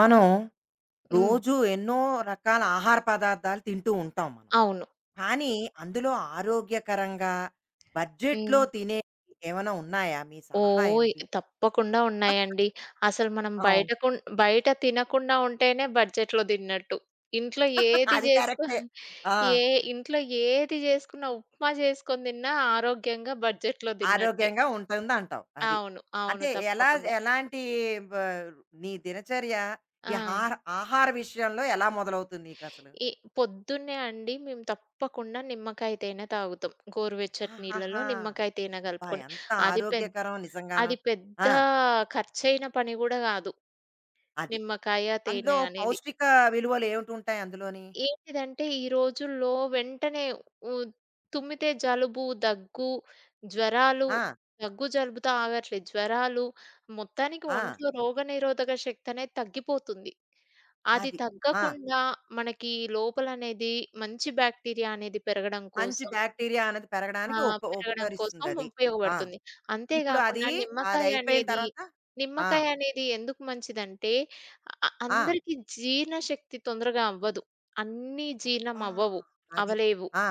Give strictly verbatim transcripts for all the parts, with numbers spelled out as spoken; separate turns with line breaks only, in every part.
మనం
హ్మ్.
రోజు ఎన్నో రకాల ఆహార పదార్థాలు తింటూ ఉంటాం మనం.
అవును.
కానీ అందులో ఆరోగ్యకరంగా బడ్జెట్‌లో
హ్మ్.
తినేవి ఏమైనా ఉన్నాయా? మీ సలహా
ఓహ్!
ఏమిటి?
తప్పకుండా ఉన్నాయండి. అసలు మనం
అవును.
బయట కున్ బయట తినకుండా ఉంటేనే బడ్జెట్‌లో తిన్నట్టు. ఇంట్లో ఏది
అది
జేసుకో
కరెక్టే. ఆ!
ఏ ఇంట్లో ఏది జేసుకున్నా ఉప్మా జేసుకొని తిన్నా ఆరోగ్యంగా బడ్జెట్‌లో తిన్నట్టే.
ఆరోగ్యంగా ఉంటుందంటావు. అది.
అవును, అవును,
అంటే ఎలా
తప్పకుండా.
ఎలాంటి బ నీ దినచర్య ఈ
ఆ!
హార ఆహార విషయంలో ఎలా మొదలవుతుంది నీకసలు?
ఈ పొద్దున్నే అండి మేము తప్పకుండా నిమ్మకాయ తేనె తాగుతాం, గోరువెచ్చటి నీళ్ళలో
ఆహాహా!
నిమ్మకాయ తేనె
అబ్బా!
గలుపుకొని.
ఎంత
అది పెద్
ఆరోగ్యకరం నిజంగాను.
అది పెద్ద
ఆ!
ఖర్చయిన పని గూడా గాదు,
అది.
నిమ్మకాయ,
అందులో
తేనె అనేది.
పౌష్టిక విలువలు ఏమిటుంటాయి అందులోని?
ఏంటిదంటే ఈ రోజుల్లో వెంటనే ఉ తుమ్మితే జలుబు, దగ్గు, జ్వరాలు,
ఆ!
దగ్గు, జలుబుతో ఆగట్లేదు. జ్వరాలు మొత్తానికి
ఆ!
ఒంట్లో రోగనిరోధక శక్తి అనేది తగ్గిపోతుంది. అది
అది. ఆ!
తగ్గకుండా మనకి లోపలనేది మంచి బాక్టీరియా అనేది పెరగడం
మంచి
కోసం,
బాక్టీరియా అనేది
ఆ,
పెరగడానికి ఉప
పెరగడం కోసం
ఉపకరిస్తుందది. ఆ!
ఉపయోగపడుతుంది. అంతే
ఇప్పుడు అది,
గాకుండా నిమ్మకాయ
అదయిపోయిన
అనేది,
తర్వాత ఆ!
నిమ్మకాయ అనేది ఎందుకు మంచిదంటే అ
ఆ!
అందరికి జీర్ణశక్తి తొందరగా అవ్వదు, అన్నీ జీర్ణం
అబ్బా!
అవ్వవు,
అది.
అవ్వలేవు.
ఆ!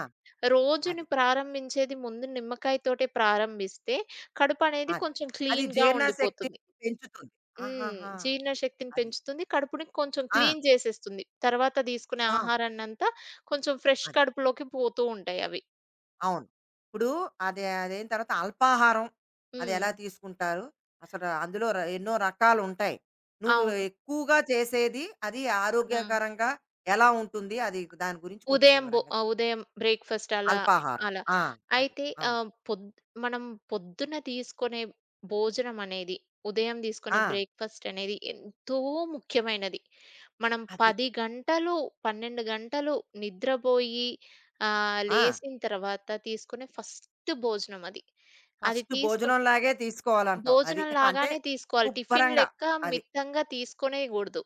రోజుని
అది.
ప్రారంభించేది ముందు నిమ్మకాయతోటే ప్రారంభిస్తే కడుపనేది
అది.
కొంచెం
అది
క్లీన్‌గా
జీర్ణశక్తి
ఉండిపోతుంది.
పెంచుతుంది.
హ్మ్.
ఆహాహా!
జీర్ణశక్తిని
అది.
పెంచుతుంది, కడుపుని కొంచెం
ఆ!
క్లీన్ చేసేస్తుంది. తర్వాత తీసుకునే
అబ్బా!
ఆహారాన్నంతా కొంచెం ఫ్రెష్
అది.
కడుపులోకి పోతూ ఉంటాయవి.
అవును. ఇప్పుడు అది అదైన తర్వాత అల్పాహారం అది
హ్మ్.
ఎలా తీసుకుంటారు? అసలు అందులో ర ఎన్నో రకాలుంటాయి. నువ్వు
అవును.
ఎక్కువగా చేసేది అది
ఆ!
ఆరోగ్యకరంగా ఎలా ఉంటుంది? అది దాని గురించి కొంచెం
ఉదయం బొ
వివరంగా చెప్పు.
ఆహ్, ఉదయం బ్రేక్‌ఫాస్ట్ అలా,
అల్పాహారం.
అలా.
ఆ! అది.
అయితే,
అవును.
ఆహ్, పొద్ మనం పొద్దున తీసుకునే భోజనం అనేది, ఉదయం తీసుకునే
ఆ!
బ్రేక్‌ఫాస్ట్ అనేది ఎంతో ముఖ్యమైనది. మనం
అది.
పది గంటలు, పన్నెండు గంటలు నిద్రబోయి, ఆహ్,
ఆ!
లేసిన తర్వాత తీసుకునే ఫస్ట్ భోజనం అది. అది
ఫస్ట్
తీసుకుని
భోజనం లాగే తీసుకోవాలంటావు. అది.
భోజనం
అంటే
లాగానే తీసుకోవాలి, టిఫిన్
శుభ్రంగా.
లెక్క
అది.
మితంగా తీసుకోనేయగూడదు.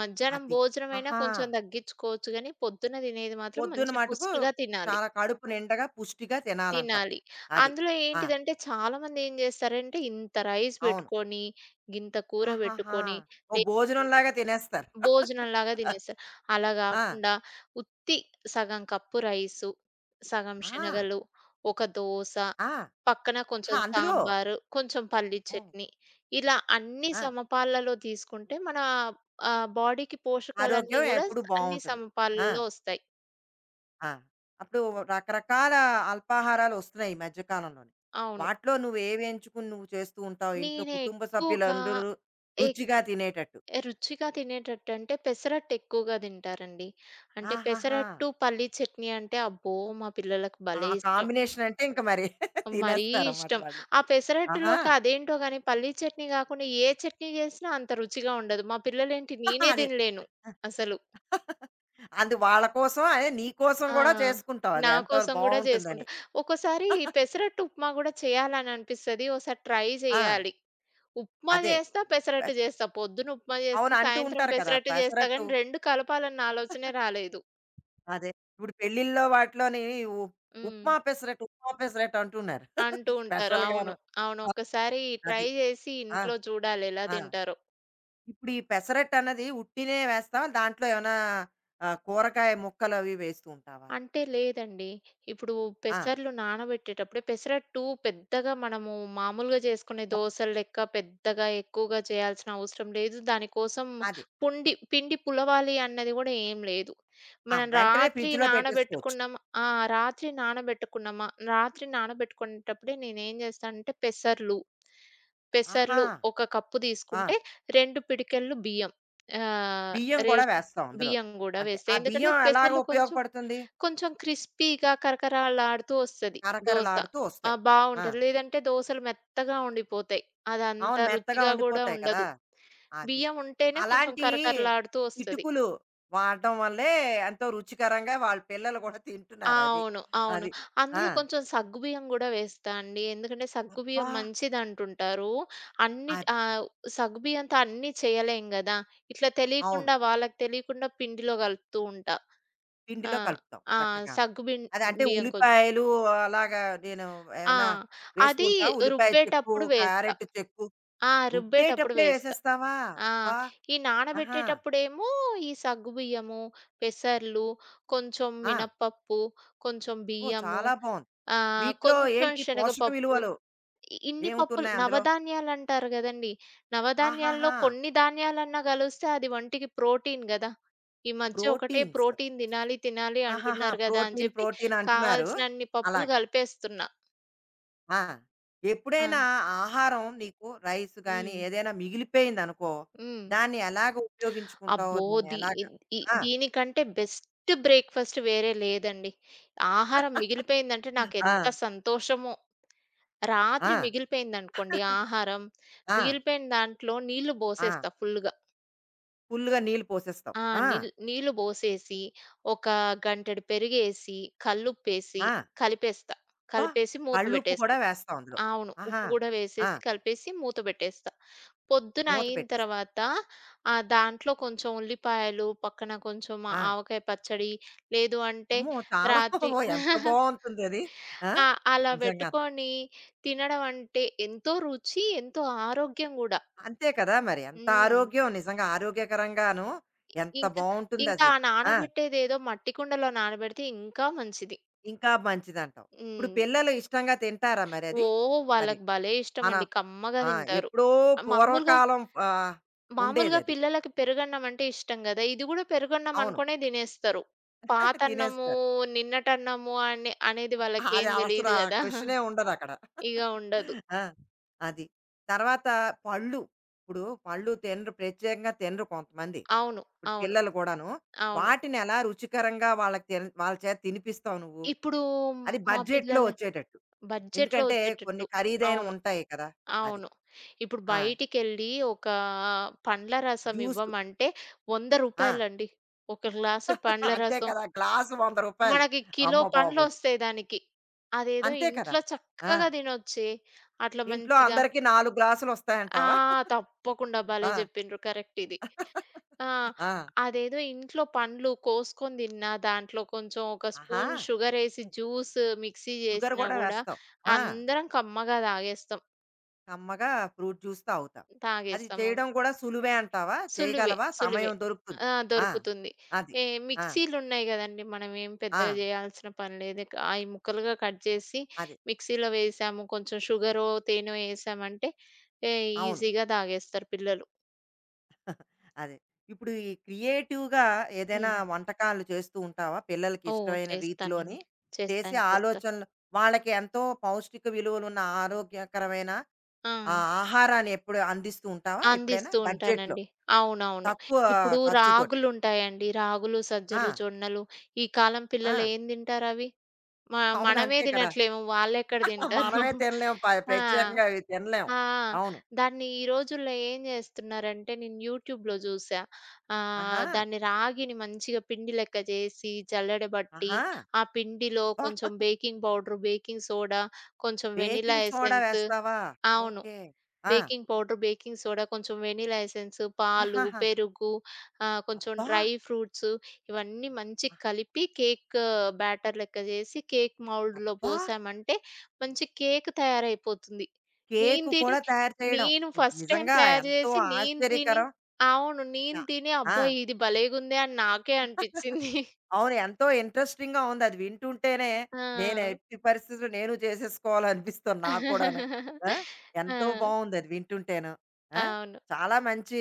మధ్యాహ్నం
అది.
భోజనమైనా
ఆహా!
కొంచెం తగ్గించుకోవచ్చు గానీ, పొద్దున్న తినేది మాత్రం
పొద్దున
మంచి
మటుకు
పుష్టిగా తినాలి.
చాలా కడుపు నిండగా పుష్టిగా తినాలంటావు.
తినాలి.
అది.
అందులో
ఆ!
ఏంటిదంటే చాలామంది ఏం జేస్తారంటే, ఇంత రైస్
అవును.
బెట్టుకొని, గింత కూర
ఆహాహా!
బెట్టుకొని,
ఓ
లేదంటే
భోజనంలాగా తినేస్తారు.
భోజనంలాగా
ఆ!
తినేస్తారు. అలా
ఆ!
గాకుండా ఉత్తి సగం కప్పు రైసు, సగం
ఆ!
శనగలు, ఒక దోస,
ఆహా!
పక్కన కొంచెం
అందులో
సాంబారు, కొంచెం పల్లీ
హ్మ్.
చట్నీ. ఇలా అన్నీ
ఆ!
సమపాలలో తీసుకుంటే మన, ఆహ్, బాడీకి పోషకాలన్నీ
ఆరోగ్యం
గూడా స్
ఎప్పుడు
అన్ని
బావుంటుంది. ఆ!
సమపాలలో ఒస్తాయి.
ఆ! అప్పుడు రకరకాల అల్పాహారాలొస్తున్నాయి ఈ మధ్య కాలంలోని.
అవును.
వాటిలో నువ్వేవి ఎంచుకుని నువ్వు చేస్తూ ఉంటావు ఇంట్లో
నేను
కుటుంబ
ఎక్కువగా,
సభ్యులందరూ
ఎక్
రుచిగా తినేటట్టు?
రుచిగా తినేటట్టంటే పెసరట్టు ఎక్కువగా తింటారండి. అంటే
ఆహాహా!
పెసరట్టు, పల్లీ చట్నీ అంటే అబ్బో! మా పిల్లలకు
ఆ
భలే ఇష్టం.
కాంబినేషన్ అంటే ఇంక మరి
మరీ
తినేస్తారన్నమాట
ఇష్టం.
వాళ్ళు.
ఆ
ఆహా!
పెసరట్టులోకి అదేంటో గాని పల్లీ చట్నీ గాకుండా ఏ చట్నీ జేసినా అంత రుచిగా ఉండదు. మా పిల్లలేంటి,
ఆహా!
నేనే
అదే.
తినలేను
ఆ!
అసలు.
అందు వాళ్ళ కోసం అదే నీ కోసం
ఆ!
కూడా చేసుకుంటావు అది
నా
ఎంతో
కోసం గూడా జేసుకుంటా.
బావుంటుందని.
ఒక్కోసారి పెసరట్టు ఉప్మా గూడా చేయాలని అనిపిస్తది. ఓసారి ట్రై
ఆ!
జేయాలి. ఉప్మా
అదే.
జేస్తా,
పె
పెసరట్టు జేస్తా. పొద్దున ఉప్మా
అవును.
జేస్తా,
అంటూ
సాయంత్రం
ఉంటారు కదా!
పెసరట్టు జేస్తా
పెసరట్టు
గానీ రెండు కలపాలన్న ఆలోచనే రాలేదు.
అదే. ఇప్పుడు పెళ్ళిళ్ళో వాటిలోని ఉ
హ్మ్.
ఉప్మా పెసరట్టు, ఉప్మా పెసరట్టు అంటున్నారు. అది
అంటూ ఉంటారు, అవును.
స్పెషల్‌గాను.
అవును,
ఆ!
ఒక్కసారి ట్రై
అది.
జేసి
ఆ!
ఇంట్లో చూడాలి ఎలా
ఆ!
తింటారో.
ఇప్పుడు ఈ పెసరట్టు అన్నది ఉట్టినే వేస్తావా? దాంట్లో ఏమైనా ఆహ్, కూరగాయ ముక్కలు అవి వేస్తూ ఉంటావా?
అంటే లేదండి. ఇప్పుడు
ఆ!
పెసర్లు నానబెట్టేటప్పుడే, పెసరట్టు పెద్దగా మనము మామూలుగా చేసుకునే దోసల లెక్క పెద్దగా ఎక్కువగా చేయాల్సిన అవసరం లేదు. దానికోసం
అది.
పుండి పిండి పులవాలి అన్నది గూడా ఏం లేదు.
ఆ!
మనం
వెంటనే
రాత్రి
ఫ్రిడ్జ్‌లో పెట్టేసుకోవచ్చు.
నానబెట్టుకున్నామ, ఆ, రాత్రి నానబెట్టుకున్నామా, రాత్రి నానబెట్టుకునేటప్పుడే నేనేం చేస్తానంటే పెసర్లు,
ఆహా!
పెసర్లు ఒక కప్పు
ఆ!
తీసుకుంటే రెండు పిడికెళ్ళు బియ్యం, ఆహ్,
బియ్యం కూడా
రేషన్
వేస్తాం అందులో.
బియ్యం గూడా
అంటే
వేస్తా.
ఆ
ఎందుకంటే
బియ్యం ఎలాగ
పెసర్లు కొంచెం
ఉపయోగపడుతుంది?
కొంచెం క్రిస్పీగా కరకరలాడుతూ వస్తది దోస.
కరకరలాడుతూ
ఆ!
వస్తాయి. ఆ!
బావుంటది. లేదంటే దోసలు మెత్తగా ఉండిపోతాయి, అదంత
అవును. మెత్తగా
రుచిగా గూడా
ఉండిపోతాయి కదా!
ఉండదు.
అది.
బియ్యం ఉంటేనే కొంచెం
అలాంటి
కరకరలాడుతూ వస్తది.
కిటుకులు వాడడం వల్లే ఎంతో రుచికరంగా వాళ్ళ పిల్లలు కూడా
ఆ!
తింటున్నారది.
అవును, అవును.
అది. అది ఆ!
అందులో కొంచెం సగ్గుబియ్యం గూడా వేస్తా అండి. ఎందుకంటే
అబ్బా!
సగ్గుబియ్యం మంచిదంటుంటారు. అన్ని,
అది. అది.
ఆహ్, సగ్గుబియ్యంతో అన్నీ చేయలేం గదా! ఇట్లా
అవును.
తెలియకుండా, వాళ్ళకి తెలియకుండా పిండిలో కలుపుతూ ఉంటా. ఆ!
పిండిలో కలుపుతాం
ఆ!
చక్కగాను.
సగ్గు బిన్
అది అంటే
బియ్యం కొంచెం.
ఉల్లిపాయలు అలాగా నేను
ఆ!
ఏమైనా వేస్తూ
అది
ఉంటావా? ఉల్లిపాయ చెక్కు,
రుబ్బేటప్పుడు వేస్తా.
క్యారెట్ చెక్కు
ఆ! రుబ్బేటప్పుడు
రుబ్బేటప్పుడే
వేస్తా.
వేసేస్తావా?
ఆ!
అబ్బా!
ఈ
ఆహా!
నానబెట్టేటప్పుడేమో ఈ సగ్గుబియ్యము, పెసర్లు, కొంచెం
ఆ!
మినపప్పు, కొంచెం
ఓ!
బియ్యము,
చాలా బావుంది.
ఆహ్,
వీటిలో
కొంచెం
ఏంటి పోషక
శనగపప్పు.
విలువలు
ఇ ఇన్ని పప్పులు
ఏముంటున్నాయి అందులో?
నవధాన్యాలంటారు గదండీ! నవధాన్యాల్లో
ఆహాహా!
కొన్ని ధాన్యాలన్నా గలిస్తే అది ఒంటికి ప్రోటీన్ గదా! ఈ మధ్య ఒకటే
ప్రోటీన్స్.
ప్రోటీన్ తినాలి, తినాలి
ఆహాహా!
అంటున్నారు గదా అని
ప్రోటీన్,
జెప్పి
ప్రోటీన్ అంటున్నారు.
కావాల్సినన్ని పప్పులు
అలాగా.
కలిపేస్తున్నా.
ఆ!
ఆ!
ఎప్పుడైనా ఆహారం నీకు రైస్ గానీ,
హ్మ్.
ఏదైనా మిగిలిపోయిందనుకో,
హ్మ్.
దాన్ని ఎలాగ ఉపయోగించుకుంటావు?
అబ్బో!
దాన్ని
దీ
ఎలాగా
ఇద్ ఇ
ఆ!
దీనికంటే బెస్ట్ బ్రేక్‌ఫాస్ట్ వేరే లేదండి. ఆహారం మిగిలిపోయిందంటే
ఆ!
నాకెంత సంతోషమో. రాత్రి
ఆ!
మిగిలిపోయిందనుకోండి ఆహారం,
ఆ!
మిగిలిపోయిన దాంట్లో నీళ్లు
ఆ!
బోసేస్తా ఫుల్‌గా.
ఫుల్‌గా నీళ్ళు పోసేస్తావు.
ఆ!
ఆ!
నీళ్ నీళ్లు బోసేసి, ఒక గంటెడు పెరుగేసి, కల్లుప్పేసి,
ఆ!
కలిపేస్తా.
అబ్బా!
కలిపేసి మూత
కళ్ళుప్పు కూడా
పెట్టేస్తా.
వేస్తావు అందులో.
అవును,
ఆహా!
ఉప్పు గూడా
ఆ!
వేసేసి కలిపేసి మూత బెట్టేస్తా. పొద్దున
మూత
అయిన
పెట్టేస్తావు.
తర్వాత, ఆహ్, దాంట్లో కొంచెం ఉల్లిపాయలు, పక్కన కొంచెం ఆ
ఆ!
ఆవకాయ పచ్చడి, లేదు అంటే
అమ్మో! చాలా
రాత్రి
ఓహ్! ఎంత బావుంటుందది. ఆ!
ఆ! అలా
నిజంగా.
బెట్టుకొని తినడం అంటే ఎంతో రుచి, ఎంతో ఆరోగ్యం గూడా.
అంతే కదా! మరి. ఎంత
హ్మ్.
ఆరోగ్యం నిజంగా ఆరోగ్యకరంగాను ఎంత
ఇంకా, ఇంకా
బావుంటుందది.
ఆ
ఆ!
నానబెట్టేదేదో మట్టి కుండలో నానబెడితే ఇంకా మంచిది.
ఇంకా మంచిదంటావు. ఇప్పుడు
హ్మ్.
పిల్లలు ఇష్టంగా తింటారా మరది?
ఓహ్!
అది. అది
వాళ్ళకి భలే
మన
ఇష్టమండి, కమ్మగా
ఆ!
తింటారు.
ఎప్పుడో
మామూలుగా
పూర్వకాలం ఆహ్,
మామూలుగా
ఉండేదది.
పిల్లలకి పెరుగన్నం అంటే ఇష్టం గదా! ఇది గూడా పెరుగన్నం
అవును.
అనుకునే దినేస్తారు. పాతన్నము,
తినేస్తారు.
నిన్నటన్నము అనే అనేది
అది
వాళ్ళకేం
అసలు
దెలీదు
ఆ
గదా!
క్వెషనే ఉండదక్కడ.
ఇగ ఉండదు.
ఆ! అది. తర్వాత పళ్ళు. ఇప్పుడు పళ్ళు తినరు ప్రత్యేకంగా తినరు కొంతమంది.
అవును,
ఇప్పుడు
అవును.
పిల్లలు కూడాను.
అవును.
వాటిని ఎలా రుచికరంగా వాళ్ళకి తెల్ వాళ్ళ చేత తినిపిస్తావు నువ్వు?
ఇప్పుడు మ్-
అది
మా
బడ్జెట్‌లో
పిల్లల
వచ్చేటట్టు.
బడ్జెట్‌లో
ఎందుకంటే కొన్ని
ఒచ్చేటట్టు.
ఖరీదైనవి
అవును,
ఉంటాయి కదా! అది.
అవును. ఇప్పుడు
ఆ!
బయటికెళ్ళి ఒక పండ్ల రసం
జ్యూసు.
ఇవ్వమంటే రూ. వంద
ఆ!
అండి, ఒక గ్లాసు పండ్ల
అంతే
రసం.
కదా! గ్లాసు రూ. వంద.
మనకి కిలో
అమ్మ బాబోయ్!
పండ్లొస్తాయి దానికి. అదేదో
అంతే కదా!
ఇంట్లో
ఆ!
చక్కగా తినొచ్చే. అట్లా
ఇంట్లో
మంచిగా.
అందరికీ నాలుగు
ఆ!
గ్లాసులొస్తాయంటావా?
తప్పకుండా భలే
ఆ!
జెప్పిండ్రు, కరెక్ట్ ఇది. ఆ!
ఆ!
అదేదో ఇంట్లో పండ్లు కోసుకొని తిన్నా, దాంట్లో కొంచెం ఒక
ఆహా!
స్పూన్ షుగరేసి జ్యూస్ మిక్సీ
షుగర్
జేసినా
గూడా
గూడా
వేస్తావు. ఆ!
అందరం కమ్మగా తాగేస్తాం.
కమ్మగా ఫ్రూట్ జ్యూస్ తాగుతావు. అది
తాగేస్తాం.
చేయడం కూడా సులువే అంటావా?
సులువే,
చేయగలవా?
సులువే.
సమయం దొరుకుతుంది.
ఆ!
ఆ!
దొరుకుతుంది.
అది.
ఏ
ఆ!
మిక్సీలున్నాయి గదండీ! మనం ఏం
ఆ!
పెద్దగా జేయాల్సిన పని లేదు. క అయి ముక్కలుగా కట్ జేసి
అది.
మిక్సీలో వేసాము, కొంచెం షుగరో, తేనో ఏసామంటే ఏ
అవును.
ఈజీగా తాగేస్తారు పిల్లలు.
అదే. ఇప్పుడు ఈ క్రియేటివ్‌గా ఏదైనా
హ్మ్.
వంటకాలు చేస్తూ ఉంటావా? పిల్లలకి
ఓహ్!
ఇష్టమైన రీతిలోని
చేస్తానండి.
చేసి
చేస్తాను, చేస్తాను.
ఆలోచనలు వాళ్ళకి ఎంతో పౌష్టిక విలువలున్న ఆరోగ్యకరమైన
ఆ!
ఆ ఆహారాన్ని ఎప్పుడు అందిస్తూ ఉంటావా ఎప్పుడైనా?
అందిస్తూ
బడ్జెట్‌లో
ఉంటానండి. అవునవును.
తక్కువ
ఇప్పుడు
ఖర్చుతోటి.
రాగులుంటాయండి. రాగులు, సజ్జలు,
ఆ!
జొన్నలు ఈ కాలం పిల్లలు
ఆ!
ఏం తింటారవి? మ
అవును.
మనమే
అంతే కదా!
తినట్లేము, వాళ్ళెక్కడ తింటారు?
మనమే తినలేము. ప
ఆ!
ప్రత్యేకంగా అవి తినలేము.
ఆ!
అవును.
దాన్ని ఈ రోజుల్లో ఏం జేస్తున్నారంటే నేను యూట్యూబ్‌లో జూసా.
ఆహా!
ఆహ్, దాన్ని రాగిని మంచిగా పిండి లెక్క జేసి, జల్లెడబట్టి,
ఆహా!
ఆ పిండిలో
అబ్బా!
కొంచెం బేకింగ్ పౌడర్, బేకింగ్ సోడా, కొంచెం వెనిలా
బేకింగ్ సోడా
ఎసెన్స్,
వేస్తావా?
అవును,
ఓకే. ఆ!
బేకింగ్ పౌడర్, బేకింగ్ సోడా, కొంచెం వెనిలా ఎసెన్స్, పాలు,
ఆహాహా!
పెరుగు, ఆహ్, కొంచెం
అబ్బా!
డ్రై ఫ్రూట్స్, ఇవన్నీ మంచి
అ
కలిపి కేక్ బ్యాటర్ లెక్క చేసి కేక్ మౌల్డ్‌లో
అబ్బా!
పోసామంటే మంచి కేక్ తయారైపోతుంది. నేను
కేకు
తిని,
కూడా తయారు చేయడం.
నేను
ఇది
ఫస్ట్ టైమ్
నిజంగా
తయారు
ఎంతో
చేసి నేను తిని,
ఆశ్చర్యకరం.
అవును,
ఆ!
నేను తిని అబ్బా
ఆ!
ఇది భలేగుందే అని నాకే అనిపించింది.
అవును. ఎంతో ఇంట్రెస్టింగ్‌గా ఉంది. అది వింటుంటేనే
ఆ!
నేను ఎట్టి పరిస్థితుల్లో నేను చేసేసుకోవాలనిపిస్తుంది నాకు కూడాను. ఆ! ఎంతో
ఆ!
బావుంది అది వింటుంటేను. ఆ!
అవును.
చాలా మంచి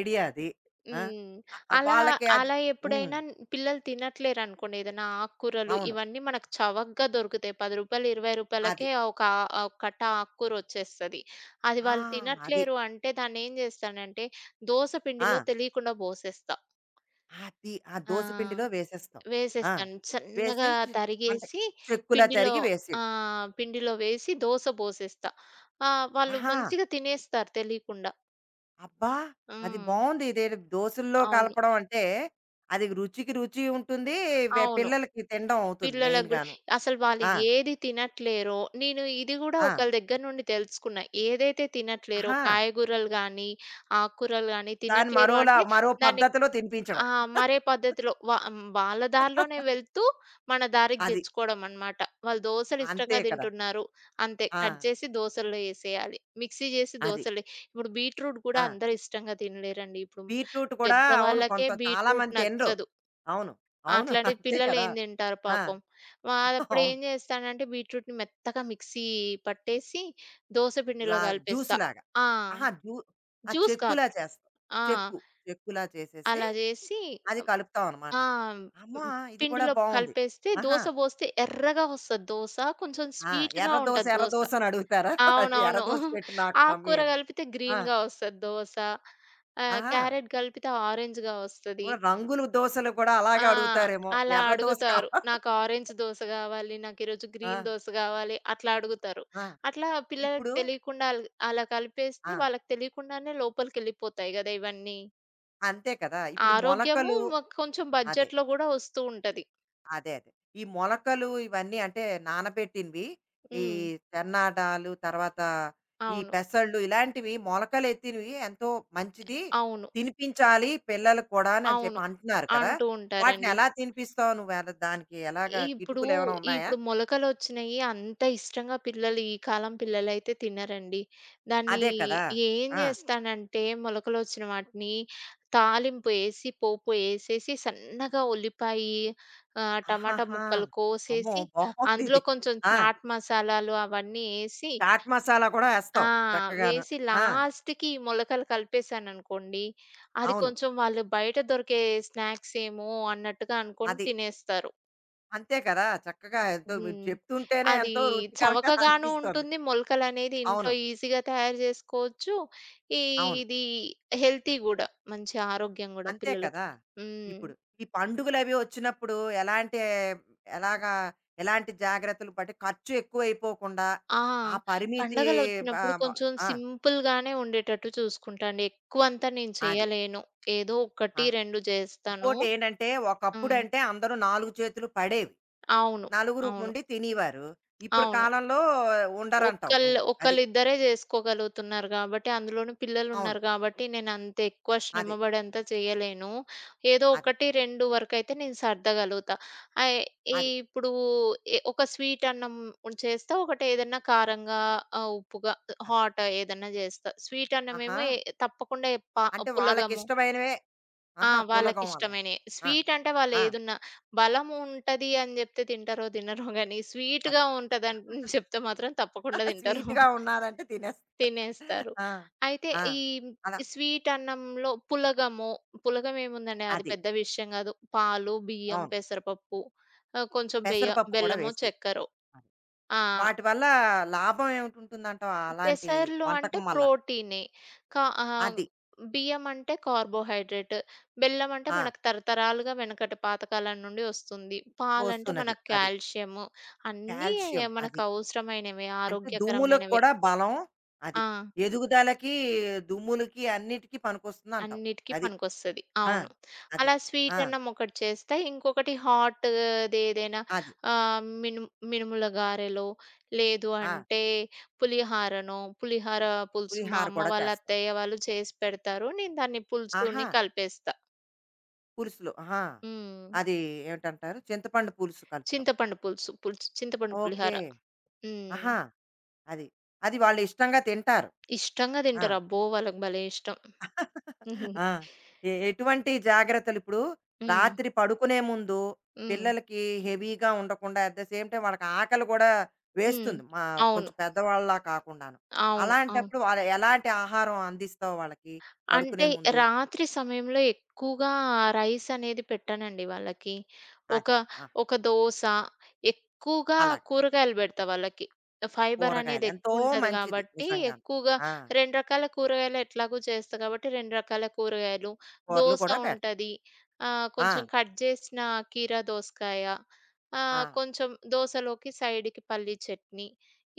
ఐడియా అది. ఆ!
హ్మ్.
ఆహ్,
అలా,
వాళ్ళకి అది
అలా
హ్మ్.
ఎప్పుడైనా న్- పిల్లలు తినట్లేరనుకోండి, ఏదైనా ఆకుకూరలు,
అవును.
ఇవన్నీ మనకు చవకగా దొరుకుతాయి. రూ. పది, రూ.
అది.
20కే ఒక, ఆహ్, కట్ట ఆకుకూర వచ్చేస్తది. అది
ఆ!
వాళ్ళు
అది.
తినట్లేరు అంటే దాన్నేం చేస్తానంటే దోస పిండిలో
ఆ!
తెలియకుండా పోసేస్తా.
అది. ఆ
ఆ!
దోస పిండిలో వేసేస్తాం. ఆ!
వేసేస్తాను.
వేసి
సన్నగా
చి అంటే
తరిగేసి
చెక్కులా
పిండిలో,
తరిగి
ఆ,
వేసేయడం.
పిండిలో వేసి దోస పోసేస్తా. ఆ! వాళ్ళు
ఆహా!
మంచిగా తినేస్తారు తెలియకుండా.
అబ్బా! అది
హ్మ్.
బావుంది. ఇదేదో దోసల్లో
అవును.
కలపడం అంటే, అది రుచికి రుచి ఉంటుంది. వె
అవును.
పిల్లలకి తినడం అవుతుంది
పిల్లలకు గూడా
మెయిన్‌గాను.
అసలు వాళ్ళు
ఆ!
ఏది తినట్లేరో, నేను ఇది గూడా
ఆ!
ఒకళ్ళ దగ్గర నుండి తెలుసుకున్నా. ఏదైతే తినట్లేరో
ఆహా!
కాయగూరలు గానీ, ఆకుకూరలు గానీ
దాన్ని
తినట్లేరు
మరోలా
అంటే
మరో
దాన్ని,
పద్ధతిలో తినిపించడం.
ఆ, మరే పద్ధతిలో వ హ్మ్, వాళ్ళ దారిలోనే వెళ్తూ మన దారికి
అది.
తెచ్చుకోవడం అన్నమాట. వాళ్ళు దోసలు
అంతే
ఇష్టంగా
కదా!
తింటున్నారు. అంతే,
ఆ!
కట్ చేసి దోసల్లో ఏసేయాలి, మిక్సీ చేసి
అది.
దోసలు. ఇప్పుడు బీట్రూట్ గూడా
ఆ!
అందరూ ఇష్టంగా తినలేరండి. ఇప్పుడు
బీట్రూట్ కూడా అవును.
పెద్దవాళ్ళకే
కొంత చాలా
బీట్రూట్
మంది తినరు.
నచ్చదు,
అవును. అవును.
అట్లాంటిది
అంతే కదా!
పిల్లలేం తింటారు
ఆ!
పాపం. వా అప్పుడు
అవును.
ఏం చేస్తానంటే బీట్రూట్‌ని మెత్తగా మిక్సీ పట్టేసి దోస పిండిలో
గ్లా
కలిపేస్తా.
జ్యూస్‌లాగా.
ఆ!
ఆహా! జ్యూ ఆ!
జ్యూస్ కాదు.
చెక్కులా చేస్తాం.
ఆ!
చెక్కు. చెక్కులా చేసేసి
అలా చేసి,
అది కలుపుతాం అనమాట.
ఆ, హ్మ్,
అమ్మా! ఇది కూడా
పిండిలో
బావుంది.
కలిపేస్తే,
ఆహా!
దోస పోస్తే ఎర్రగా వస్తది దోస, కొంచెం
ఆ!
స్వీట్‌గా
ఎర్ర దోస,
ఉంటది
ఎర్ర
దోస.
దోస అని అడుగుతారా? ఎర్ర
అవునవును.
దోస పెట్టు నాకు మమ్మీ
ఆకుకూర
అని.
కలిపితే
ఆ!
గ్రీన్‌గా వస్తది దోస. ఆహ్,
ఆహా!
క్యారెట్ కలిపితే ఆరెంజ్‌గా వస్తది.
ఓహ్! రంగుల దోసలు కూడా
ఆ!
అలాగే అడుగుతారేమో.
అలా
ఎర్ర దోస కావ
అడుగుతారు, నాకు ఆరెంజ్ దోస గావాలి, నాకీరోజు
ఆ!
గ్రీన్ దోస గావాలి అట్లా అడుగుతారు.
ఆ!
అట్లా పిల్లలకి
ఇప్పుడు
తెలియకుండా అల్ అలా
ఆ!
కలిపేస్తే వాళ్ళకి తెలియకుండానే లోపలికెళ్ళిపోతాయి గదా, ఇవన్నీ.
అంతే కదా! ఇప్పుడు
ఆరోగ్యము
మొలకలు
మ కొంచెం
అదే.
బడ్జెట్‌లో గూడా వస్తూ ఉంటది.
అదే అదే. ఈ మొలకలు ఇవన్నీ అంటే నానబెట్టినవి, ఈ
హ్మ్.
తెన్నాడాలు, తర్వాత ఈ
అవును,
పెసళ్ళు ఇలాంటివి మొలకలెత్తినవి ఎంతో మంచిది.
అవును,
తినిపించాలి పిల్లలకు కూడాను అని చెప్పి
అవును.
అంటున్నారు కదా!
అంటూ
వాటిని
ఉంటారండి.
ఎలా తినిపిస్తావు నువ్వు? ఎలా దానికి ఎలాగా
ఇప్పుడు
కిటుకులేమైనా ఉన్నాయా?
ఇప్పుడు మొలకలొచ్చినయి అంత ఇష్టంగా పిల్లలు ఈ కాలం పిల్లలైతే తినరండి. దాన్ని
అదే కదా!
ఏం
ఆ!
జేస్తానంటే మొలకలొచ్చిన వాటిని తాలింపు ఏసి, పోపు ఏసేసి, సన్నగా ఉల్లిపాయి, ఆహ్, టమాటా
ఆహాహా!
ముక్కలు
అమ్మో!
కోసేసి, అందులో
బావుందిది.
కొంచెం
ఆ!
చాట్ మసాలాలు అవన్నీ ఏసి,
చాట్ మసాలా కూడా ఏస్తావు
ఆ,
చక్కగాను.
వేసి
ఆ!
లాస్ట్‌కి ఈ మొలకలు కలిపేసాననుకోండి, అది
అవును.
కొంచెం వాళ్ళు బయట దొరికే స్నాక్స్ ఏమో అన్నట్టుగా అనుకోని
అది.
తినేస్తారు.
అంతే కదా! చక్కగా ఎంతో మీరు
హ్మ్.
చెప్తుంటేనే
అది
ఎంతో రుచికరంగా
చవకగాను
అనిపిస్తోంది.
ఉంటుంది, మొలకలనేది ఇంట్లో
అవును.
ఈజీగా తయారు జేసుకోవచ్చు. ఈ
అవును.
ఇది హెల్తీ గూడా, మంచి ఆరోగ్యం గూడా
అంతే
పిల్లలకి.
కదా!
హ్మ్.
ఇప్పుడు ఈ పండుగలవి వచ్చినప్పుడు ఎలాంటి ఎలాగా ఎలాంటి జాగ్రత్తలు పట్టి ఖర్చు ఎక్కువైపోకుండా
ఆ!
ఆ పరిమితి
పండగలొచ్చినప్పుడు
ఆహ్, మ
కొంచెం
ఆ!
సింపుల్‌గానే ఉండేటట్టు చూసుకుంటా అండి, ఎక్కువంతా నేను
అది.
చేయలేను. ఏదో
ఆ!
ఒకటి, రెండు జేస్తాను.
ఇంకోటేంటంటే
హ్మ్.
ఒకప్పుడంటే అందరూ నాలుగు చేతులు పడేవి.
అవును,
నలుగురు
అవును,
ఉండి తినేవారు. ఇప్పుడు
అవును.
కాలంలో ఉండరంటావు
ఒకళ్ళు
నువ్వు. అది.
ఒకళ్ళిద్దరే జేసుకోగలుగుతున్నారు గాబట్టి, అందులోనూ
అవును.
పిల్లలున్నారు గాబట్టి, నేనంత ఎక్కువ శ్రమ
అది.
బడంత చేయలేను. ఏదో
అది.
ఒకటి, రెండు వరకైతే నేను సర్దగలుగుతా. ఆహ్, ఈ
అది.
ఇప్పుడు ఎ ఒక స్వీట్ అన్నం చేస్తా, ఒకటేదన్నా కారంగా, ఆహ్, ఉప్పుగా,
అది.
హాట్ ఏదన్నా జేస్తా. స్వీట్
ఆహా!
అన్నమేమో, ఎ తప్పకుండా ప
అంటే
పులగము.
వాళ్ళకిష్టమైనవే
ఆ!
ఆహా! పులగం అలాంటివి.
వాళ్ళకిష్టమైనయి.
ఆ!
స్వీట్ అంటే
ఆ!
వాళ్ళేదున్నా బలం ఉంటది అని జెప్తే తింటారో, తినరో గానీ,
అది.
స్వీట్‌గా ఉంటదని చెప్తే మాత్రం తప్పకుండా తింటారు.
స్వీట్‌గా ఉన్నాదంటే తినేస్తా.
తినేస్తారు.
ఆ!
అయితే
ఆ!
ఈ
అలా
స్వీట్ అన్నంలో పులగము, పులగం ఏముందండి, అది
అది.
పెద్ద విషయం గాదు. పాలు, బియ్యం,
అవును.
పెసరపప్పు, ఆహ్, కొంచెం బెయ్య
పెసరపప్పు కూడా
బెల్లమో,
వేసి.
చక్కెరో.
అది.
ఆ!
వాటి వల్ల లాభం ఏమిటుంటుందంటావు అలాంటి
పెసర్లు అంటే
వంటకం వల్ల?
ప్రోటీనే. కా ఆహ్,
అది.
బియ్యం అంటే కార్బోహైడ్రేట్. బెల్లం అంటే
ఆ!
మనకు తరతరాలుగా వెనకటి పాతకాలం నుండి వస్తుంది. పాలంటే
వస్తున్నది.
మనకు
అది.
కాల్షియం. అన్నీ
కాల్షియం
మనకు
అది.
అవసరమైనవే,
అంటే దుమ్ములకు
ఆరోగ్యకరమైనవే.
కూడా బలం. అది.
ఆ!
ఎదుగుదలకి, దుమ్ములకి అన్నిటికి పనికొస్తుందంటావు.
అన్నిటికి
అది.
పనికొస్తది,
ఆ!
అవును.
అది.
అలా స్వీట్
ఆ!
అన్నం ఒకటి చేస్తే, ఇంకొకటి హాట్‌ది ఏదైనా,
అది.
ఆహ్, మినుము మినుముల గారెలో, లేదు
ఆ!
అంటే పులిహారనో, పులిహార పులుసు మా
పులిహార
అమ్మ
కూడా
వాళ్ళ,
చేస్తావు.
అత్తయ్య వాళ్ళు చేసి పెడతారు, నేను దాన్ని
ఆహా!
పులుసుని కలిపేస్తా.
పులుసులో. ఆహా!
హ్మ్.
అది ఏమిటంటారు? చింతపండు పులుసు కలుపుతాం.
చింతపండు పులుసు, పులుసు చింతపండు పులిహార.
ఓకే.
హ్మ్.
ఆహా! అది. అది వాళ్ళు ఇష్టంగా తింటారు.
ఇష్టంగా
ఆ!
తింటారు, అబ్బో వాళ్ళకి భలే ఇష్టం.
ఆ! ఎ ఎటువంటి జాగ్రత్తలు ఇప్పుడు
హ్మ్. హ్మ్.
రాత్రి పడుకునే ముందు
హ్మ్.
పిల్లలకి హెవీగా ఉండకుండా అట్ ద సేమ్ టైమ్ వాళ్ళకి ఆకలి కూడా
హ్మ్.
వేస్తుంది. మా
అవును,
కొంచెం పెద్దవాళ్ళలా కాకుండాను.
అవును, అవును.
అలాంటప్పుడు వాళ్ళ ఎలాంటి ఆహారం అందిస్తావు వాళ్ళకి పడుకునే
అంటే
ముందు?
రాత్రి సమయంలో ఎక్కువగా రైస్ అనేది పెట్టనండి వాళ్ళకి. ఒక,
అది. ఆ!
ఒక దోస, ఎక్కువగా
అలాగా.
కూరగాయలు పెడతా వాళ్ళకి. ఫైబర్
కూరగాయలు
అనేది
ఎంతో
ఎక్కువుంటది
మంచిది
కాబట్టి,
నిజంగాను.
ఎక్కువగా
ఆ!
రెండు రకాల కూరగాయలు ఎట్లాగో చేస్తా కాబట్టి, రెండు రకాల కూరగాయలు,
కూరలు
దోస
కూడా పెడతాం.
ఉంటది, ఆహ్, కొంచెం
ఆ!
కట్ చేసిన కీరా దోసకాయ,
ఆ!
ఆహ్, కొంచెం దోసలోకి సైడ్‌కి పల్లీ చట్నీ,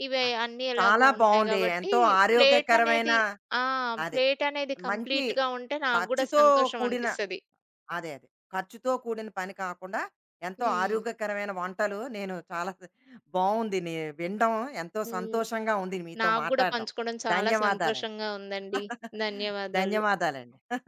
ఇవి
అదే.
అన్నీ ఎలాగో
చాలా
ఉంటాయి
బావుంది.
కాబట్టి
ఎంతో
ప్లేట్
ఆరోగ్యకరమైన
అనేది, ఆ,
అదే.
ప్లేట్ అనేది
మంచి
కంప్లీట్‌గా ఉంటే నాకు గూడా
ఖర్చుతో
సంతోషం
కూడిన
అనిపిస్తది.
అదే. అదే. ఖర్చుతో కూడిన పని కాకుండా ఎంతో
హ్మ్.
ఆరోగ్యకరమైన వంటలు నేను చాలా బావుంది నే వినడం ఎంతో
హ్మ్.
సంతోషంగా ఉంది మీతో
నాకు గూడా
మాట్లాడడం.
పంచుకోవడం చాలా
ధన్యవాదాలండి.
సంతోషంగా ఉందండి. ధన్యవాదాలు.
ధన్యవాదాలండి.